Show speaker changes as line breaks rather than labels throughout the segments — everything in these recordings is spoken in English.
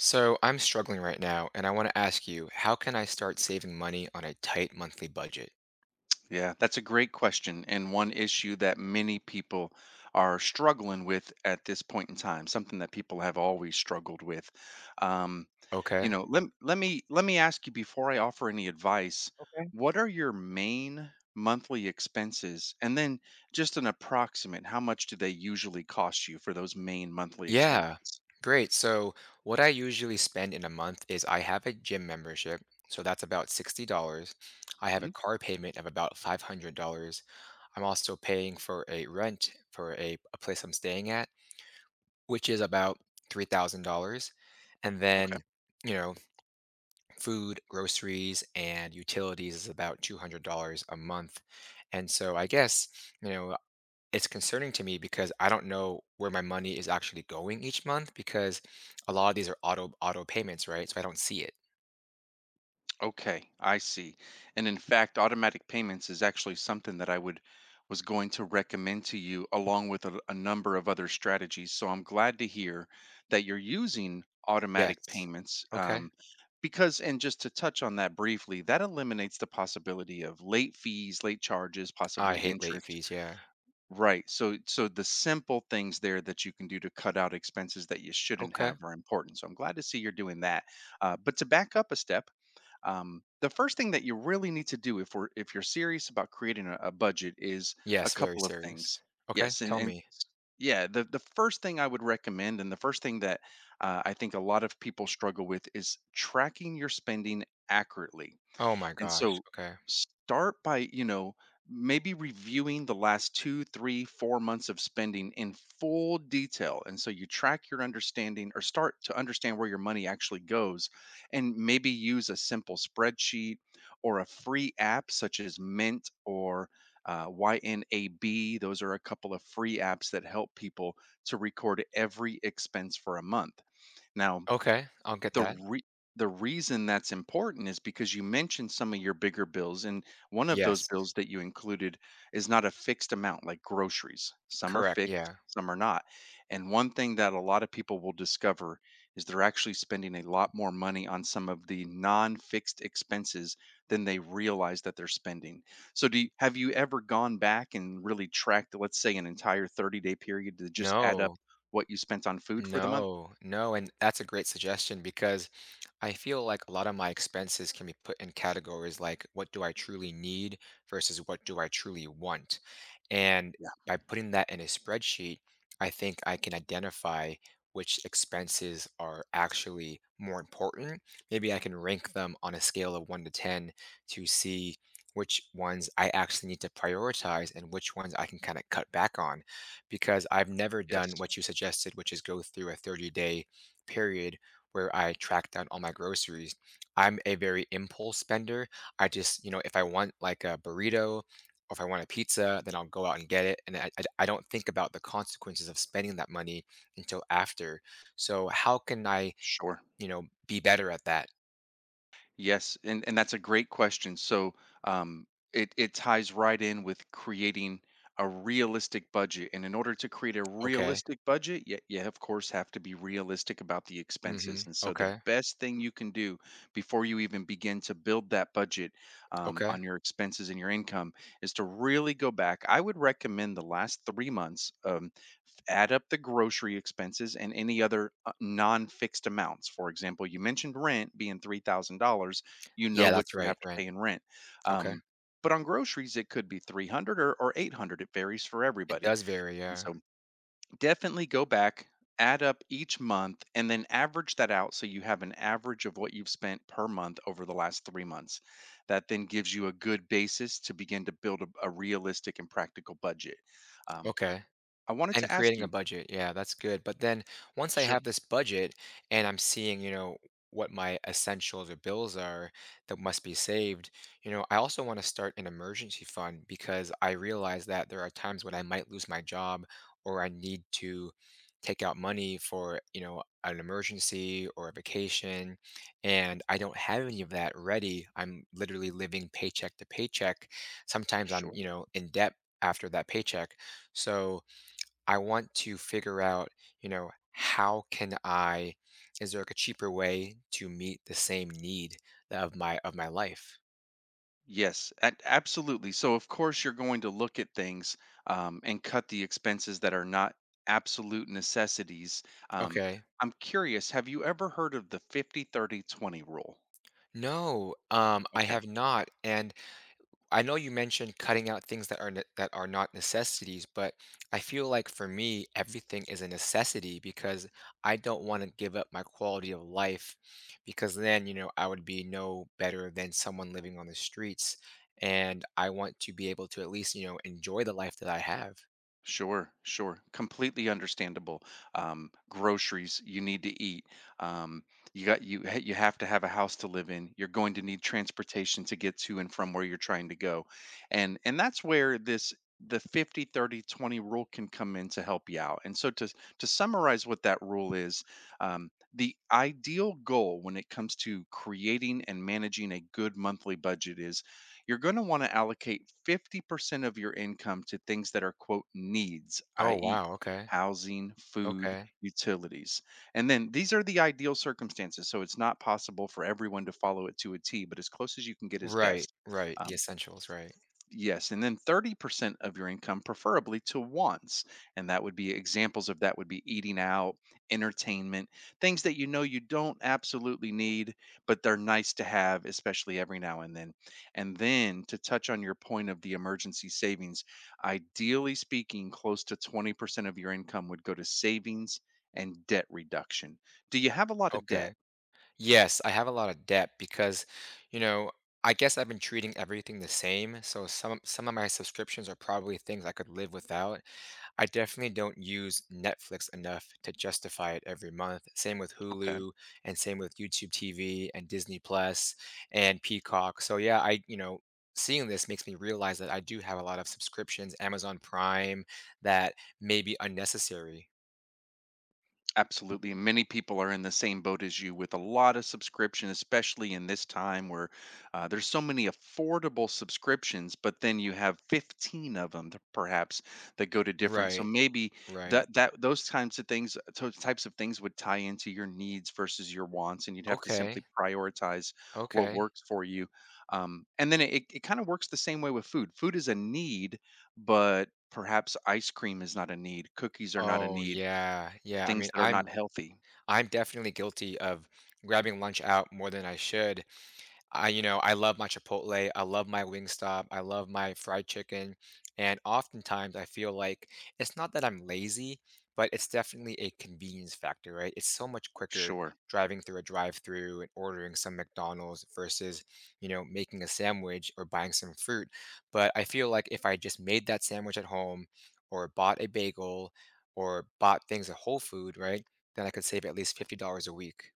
So I'm struggling right now, and I want to ask you, how can I start saving money on a tight monthly budget?
Yeah, that's a great question, and one issue that many people are struggling with at this point in time, something that people have always struggled with. Um,
Okay.
let me ask you before I offer any advice, what are your main monthly expenses? And then just an approximate, how much do they usually cost you for those main monthly
Yeah.
expenses?
Great. So what I usually spend in a month is I have a gym membership, so that's about $60. I have a
Mhm.
car payment of about $500. I'm also paying for a rent for a place I'm staying at, which is about $3,000. And
Okay.
then, you know, food, groceries, and utilities is about $200 a month. And so I guess, you know, it's concerning to me because I don't know where my money is actually going each month because a lot of these are auto payments, right? So I don't see it.
Okay, I see. And in fact, automatic payments is actually something that I would was going to recommend to you along with a number of other strategies. So I'm glad to hear that you're using automatic
Yes.
payments,
Okay.
because, and just to touch on that briefly, that eliminates the possibility of late fees, late charges,
I
possibly
hate late
interest.
fees, yeah.
Right. So the simple things there that you can do to cut out expenses that you shouldn't
Okay.
have are important. So I'm glad to see you're doing that. But to back up a step, the first thing that you really need to do if you're serious about creating a budget is a
Yes, very
couple of things.
serious. Okay,
yes and
tell
and
me.
s- yeah the first thing I would recommend and the first thing that I think a lot of people struggle with is tracking your spending accurately.
Oh my
And
gosh.
so
Okay.
start by, maybe reviewing the last 2, 3, 4 months of spending in full detail. And so you track your understanding or start to understand where your money actually goes. And maybe use a simple spreadsheet or a free app such as Mint or YNAB. Those are a couple of free apps that help people to record every expense for a month. Now,
Okay, I'll get
the
that.
re- the reason that's important is because you mentioned some of your bigger bills, and one of those
Yes.
bills that you included is not a fixed amount, like groceries. Some are
Correct,
fixed,
yeah.
some are not. And one thing that a lot of people will discover is they're actually spending a lot more money on some of the non-fixed expenses than they realize that they're spending. So have you ever gone back and really tracked, let's say, an entire 30-day period to just add up
No.
what you spent on food for the month?
No. No, and that's a great suggestion because I feel like a lot of my expenses can be put in categories like what do I truly need versus what do I truly want. And
Yeah.
by putting that in a spreadsheet, I think I can identify which expenses are actually more important. Maybe I can rank them on a scale of 1 to 10 to see which ones I actually need to prioritize and which ones I can kind of cut back on because I've never
Yes.
done what you suggested, which is go through a 30-day period where I track down all my groceries. I'm a very impulse spender. I just, if I want like a burrito or if I want a pizza, then I'll go out and get it. And I don't think about the consequences of spending that money until after. So, how can I,
Sure.
be better at that?
Yes, and that's a great question. So um, it it ties right in with creating a realistic budget. And in order to create a
Okay.
realistic budget, you of course have to be realistic about the
Mm-hmm.
expenses. And so the
Okay.
best thing you can do before you even begin to build that budget,
Okay.
on your expenses and your income, is to really go back. I would recommend the last 3 months. Add up the grocery expenses and any other non-fixed amounts. For example, you mentioned rent being $3,000. You
Yeah,
know what
that's
you
right.
have to
Right.
pay in rent.
Okay.
Um, but on groceries, it could be 300 or 800. It varies for
It
everybody.
does vary.
And
Yeah.
so definitely go back, add up each month, and then average that out so you have an average of what you've spent per month over the last 3 months. That then gives you a good basis to begin to build a realistic and practical budget. Um,
Okay.
I wanted
And
to ask
creating a
you,
budget, yeah, that's good. But then once I
sure,
have this budget and I'm seeing, what my essentials or bills are that must be saved, I also want to start an emergency fund because I realize that there are times when I might lose my job or I need to take out money for, an emergency or a vacation. And I don't have any of that ready. I'm literally living paycheck to paycheck. Sometimes I'm,
sure.
in debt after that paycheck. So, I want to figure out, how can I is there like a cheaper way to meet the same need of my life?
Yes, absolutely. So, of course, you're going to look at things, and cut the expenses that are not absolute necessities. Um,
Okay.
I'm curious, have you ever heard of the 50/30/20 30 20 rule?
No, I have not. And I know you mentioned cutting out things that are that are not necessities, but I feel like for me, everything is a necessity because I don't want to give up my quality of life because then, I would be no better than someone living on the streets and I want to be able to at least, enjoy the life that I have.
Sure, sure. Completely understandable. Groceries you need to eat. Um, you got you ha- you have to have a house to live in. You're going to need transportation to get to and from where you're trying to go. And that's where this the 50/30/20 rule can come in to help you out. And so to summarize what that rule is, the ideal goal when it comes to creating and managing a good monthly budget is you're going to want to allocate 50% of your income to things that are, quote, needs,
Oh,
i.e.,
wow. Okay.
housing, food,
Okay.
utilities. And then these are the ideal circumstances. So it's not possible for everyone to follow it to a T, but as close as you can get is
Right,
best.
right. The
Um,
essentials, right.
Yes, and then 30% of your income, preferably to once. And that would be examples of that would be eating out, entertainment, things that you know you don't absolutely need, but they're nice to have, especially every now and then. And then to touch on your point of the emergency savings, ideally speaking, close to 20% of your income would go to savings and debt reduction. Do you have a lot of
Okay.
debt?
Yes, I have a lot of debt because, you know, I guess I've been treating everything the same. So some of my subscriptions are probably things I could live without. I definitely don't use Netflix enough to justify it every month. Same with Hulu and same with YouTube TV and Disney Plus and Peacock. So yeah, I seeing this makes me realize that I do have a lot of subscriptions, Amazon Prime, that may be unnecessary.
Absolutely. And many people are in the same boat as you with a lot of subscription, especially in this time where there's so many affordable subscriptions, but then you have 15 of them that perhaps that go to different. So
Right,
maybe
right.
that those kinds of things, those types of things would tie into your needs versus your wants, and you'd have to simply
Okay.
prioritize what
Okay.
works for you. And then it kind of works the same way with food. Food is a need, but perhaps ice cream is not a need, cookies are not a
Oh,
need.
yeah, yeah, I
Things
mean,
that are
I'm
not healthy.
I'm definitely guilty of grabbing lunch out more than I should. I love my Chipotle. I love my Wingstop. I love my fried chicken. And oftentimes I feel like it's not that I'm lazy, but it's definitely a convenience factor, right? It's so much quicker
Sure.
driving through a drive-through and ordering some McDonald's versus, making a sandwich or buying some fruit. But I feel like if I just made that sandwich at home or bought a bagel or bought things at Whole Food, right? Then I could save at least $50 a week.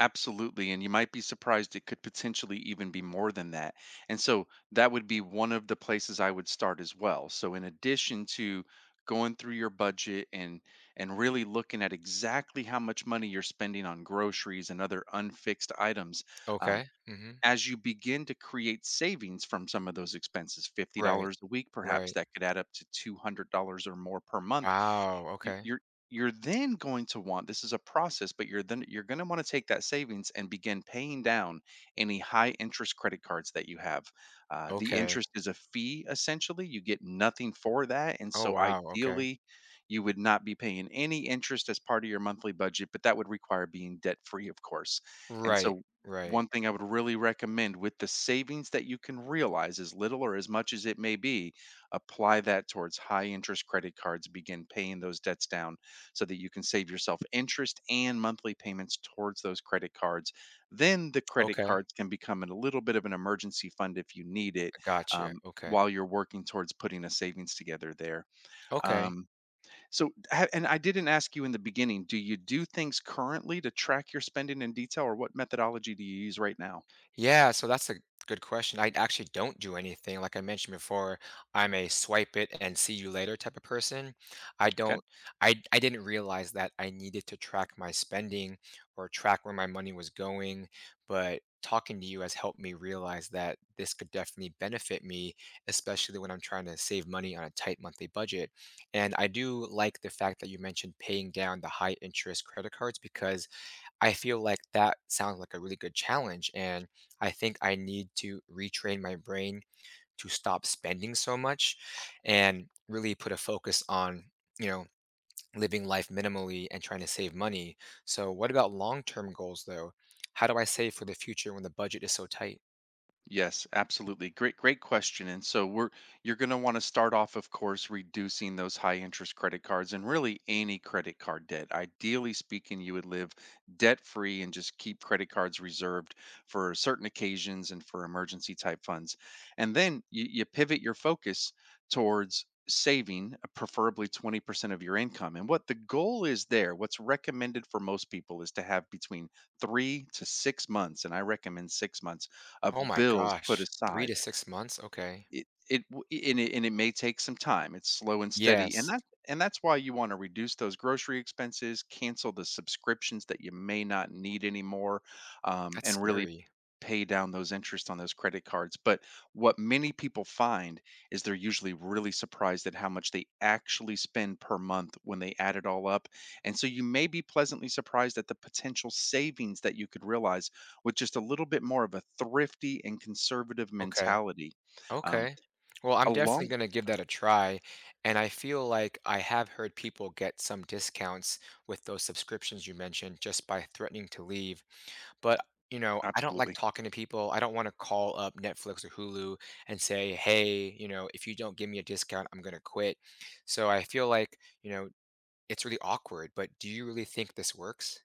Absolutely, and you might be surprised it could potentially even be more than that. And so that would be one of the places I would start as well. So in addition to going through your budget and really looking at exactly how much money you're spending on groceries and other unfixed items, um,
Okay.
as you begin to create savings from some of those expenses,
Right.
$50 a week perhaps,
Right.
that could add up to $200 or more per month.
Wow,
you-
okay.
you're you're then going to want, this is a process, but you're then you're going to want to take that savings and begin paying down any high interest credit cards that you have. The
Okay.
interest is a fee, essentially you get nothing for that, and
Oh,
so
wow, okay.
ideally you would not be paying any interest as part of your monthly budget, but that would require being debt free, of course. And
Right,
so
right.
one thing I would really recommend with the savings that you can realize, as little or as much as it may be, apply that towards high interest credit cards, begin paying those debts down so that you can save yourself interest and monthly payments towards those credit cards. Then the credit
Okay, I
cards can become a little bit of an emergency fund if you need it.
gotcha,
Um,
okay.
while you're working towards putting a savings together there.
Okay.
Um, so, and I didn't ask you in the beginning, do you do things currently to track your spending in detail or what methodology do you use right now?
Yeah, so that's a good question. I actually don't do anything. Like I mentioned before, I'm a swipe it and see you later type of person. I
Okay.
don't I didn't realize that I needed to track my spending or track where my money was going, but talking to you has helped me realize that this could definitely benefit me, especially when I'm trying to save money on a tight monthly budget. And I do like the fact that you mentioned paying down the high interest credit cards because I feel like that sounds like a really good challenge, and I think I need to retrain my brain to stop spending so much and really put a focus on, you know, living life minimally and trying to save money. So, what about long-term goals though? How do I save for the future when the budget is so tight?
Yes, absolutely. Great, great question. And so we're you're going to want to start off, of course, reducing those high interest credit cards and really any credit card debt. Ideally speaking, you would live debt free and just keep credit cards reserved for certain occasions and for emergency type funds. And then you pivot your focus towards saving preferably 20% of your income. And what the goal is there, what's recommended for most people is to have between 3 to 6 months, and I recommend 6 months
Oh
of
my
bills put
gosh, three to
aside.
six months? Okay.
it it w- and it may take some time. It's slow and steady,
Yes,
and that's why you want to reduce those grocery expenses, cancel the subscriptions that you may not need anymore,
that's
and really
scary.
pay down those interest on those credit cards. But what many people find is they're usually really surprised at how much they actually spend per month when they add it all up. And so you may be pleasantly surprised at the potential savings that you could realize with just a little bit more of a thrifty and conservative
Okay.
mentality. um,
Okay. Well, I'm
Along,
definitely going to give that a try. And I feel like I have heard people get some discounts with those subscriptions you mentioned just by threatening to leave. But, I don't like
absolutely.
talking to people. I don't want to call up Netflix or Hulu and say, hey, if you don't give me a discount, I'm going to quit. So I feel like, you know, it's really awkward. But do you really think this works?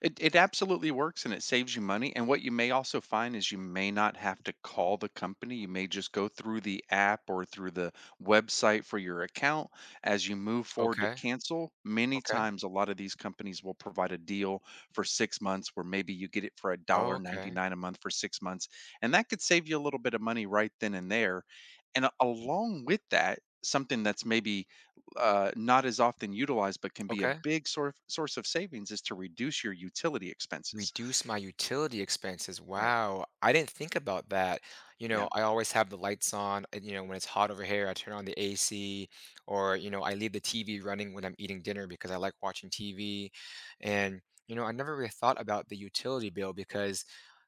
It absolutely works and it saves you money, and what you may also find is you may not have to call the company, you may just go through the app or through the website for your account. As you move forward to
Okay.
cancel, many
Okay.
times a lot of these companies will provide a deal for 6 months where maybe you get it for a
Oh,
dollar ninety
okay.
nine a month for 6 months, and that could save you a little bit of money right then and there. And a along with that, something that's maybe not as often utilized, but can be a
Okay.
big source of savings is to reduce your utility expenses.
Reduce my utility expenses.
Right.
Wow, I didn't think about that. You know,
Yeah.
I always have the lights on, and, when it's hot over here, I turn on the AC or, I leave the TV running when I'm eating dinner because I like watching TV. And, I never really thought about the utility bill because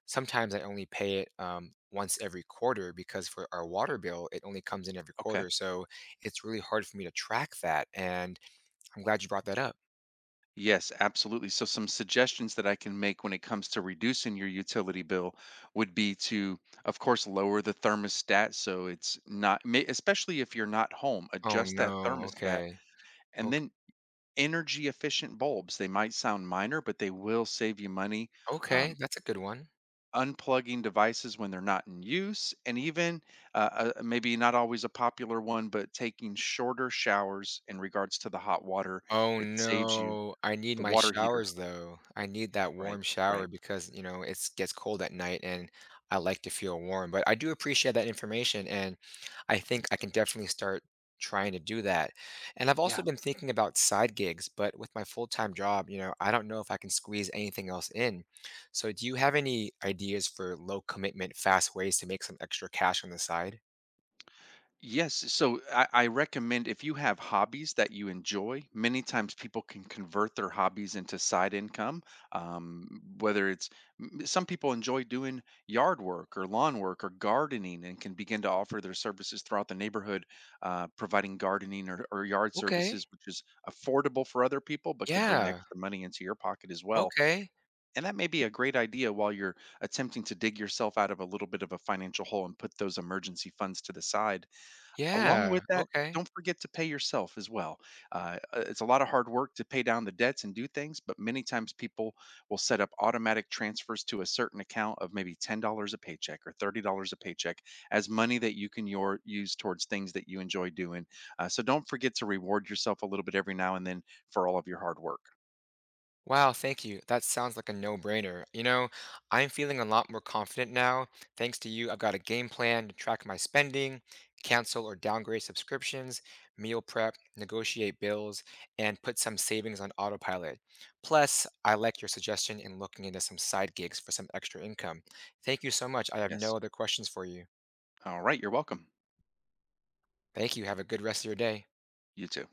sometimes I only pay it once every quarter because for our water bill, it only comes in every
Okay.
quarter. So it's really hard for me to track that. And I'm glad you brought that up.
Yes, absolutely. So some suggestions that I can make when it comes to reducing your utility bill would be to, of course, lower the thermostat so it's not, especially if you're not home,
Oh
adjust that
no.
thermostat,
Okay.
and
Okay.
then energy efficient bulbs. They might sound minor, but they will save you money.
Okay.
um,
That's a good one.
Unplugging devices when they're not in use, and even maybe not always a popular one, but taking shorter showers in regards to the hot water.
Oh,
It saves you
no. I need
the
my
water heater.
showers, though. I need that
Right,
warm shower
right.
because, it's gets cold at night and I like to feel warm. But I do appreciate that information, and I think I can definitely start trying to do that. And I've also
Yeah.
been thinking about side gigs, but with my full-time job, I don't know if I can squeeze anything else in. So do you have any ideas for low commitment, fast ways to make some extra cash on the side?
Yes, so I recommend if you have hobbies that you enjoy, many times people can convert their hobbies into side income. Whether it's some people enjoy doing yard work or lawn work or gardening and can begin to offer their services throughout the neighborhood, providing gardening or yard
Okay.
services, which is affordable for other people but can bring
Yeah.
extra money into your pocket as well.
Okay.
And that may be a great idea while you're attempting to dig yourself out of a little bit of a financial hole and put those emergency funds to the side. Along
Yeah.
with that,
Okay.
don't forget to pay yourself as well. It's a lot of hard work to pay down the debts and do things, but many times people will set up automatic transfers to a certain account of maybe $10 a paycheck or $30 a paycheck as money that you can use towards things that you enjoy doing. So don't forget to reward yourself a little bit every now and then for all of your hard work.
Wow, thank you. That sounds like a no-brainer. You know, I'm feeling a lot more confident now. Thanks to you, I've got a game plan to track my spending, cancel or downgrade subscriptions, meal prep, negotiate bills, and put some savings on autopilot. Plus, I like your suggestion in looking into some side gigs for some extra income. Thank you so much. I have no
Yes.
other questions for you.
All right. You're welcome.
Thank you. Have a good rest of your day.
You too.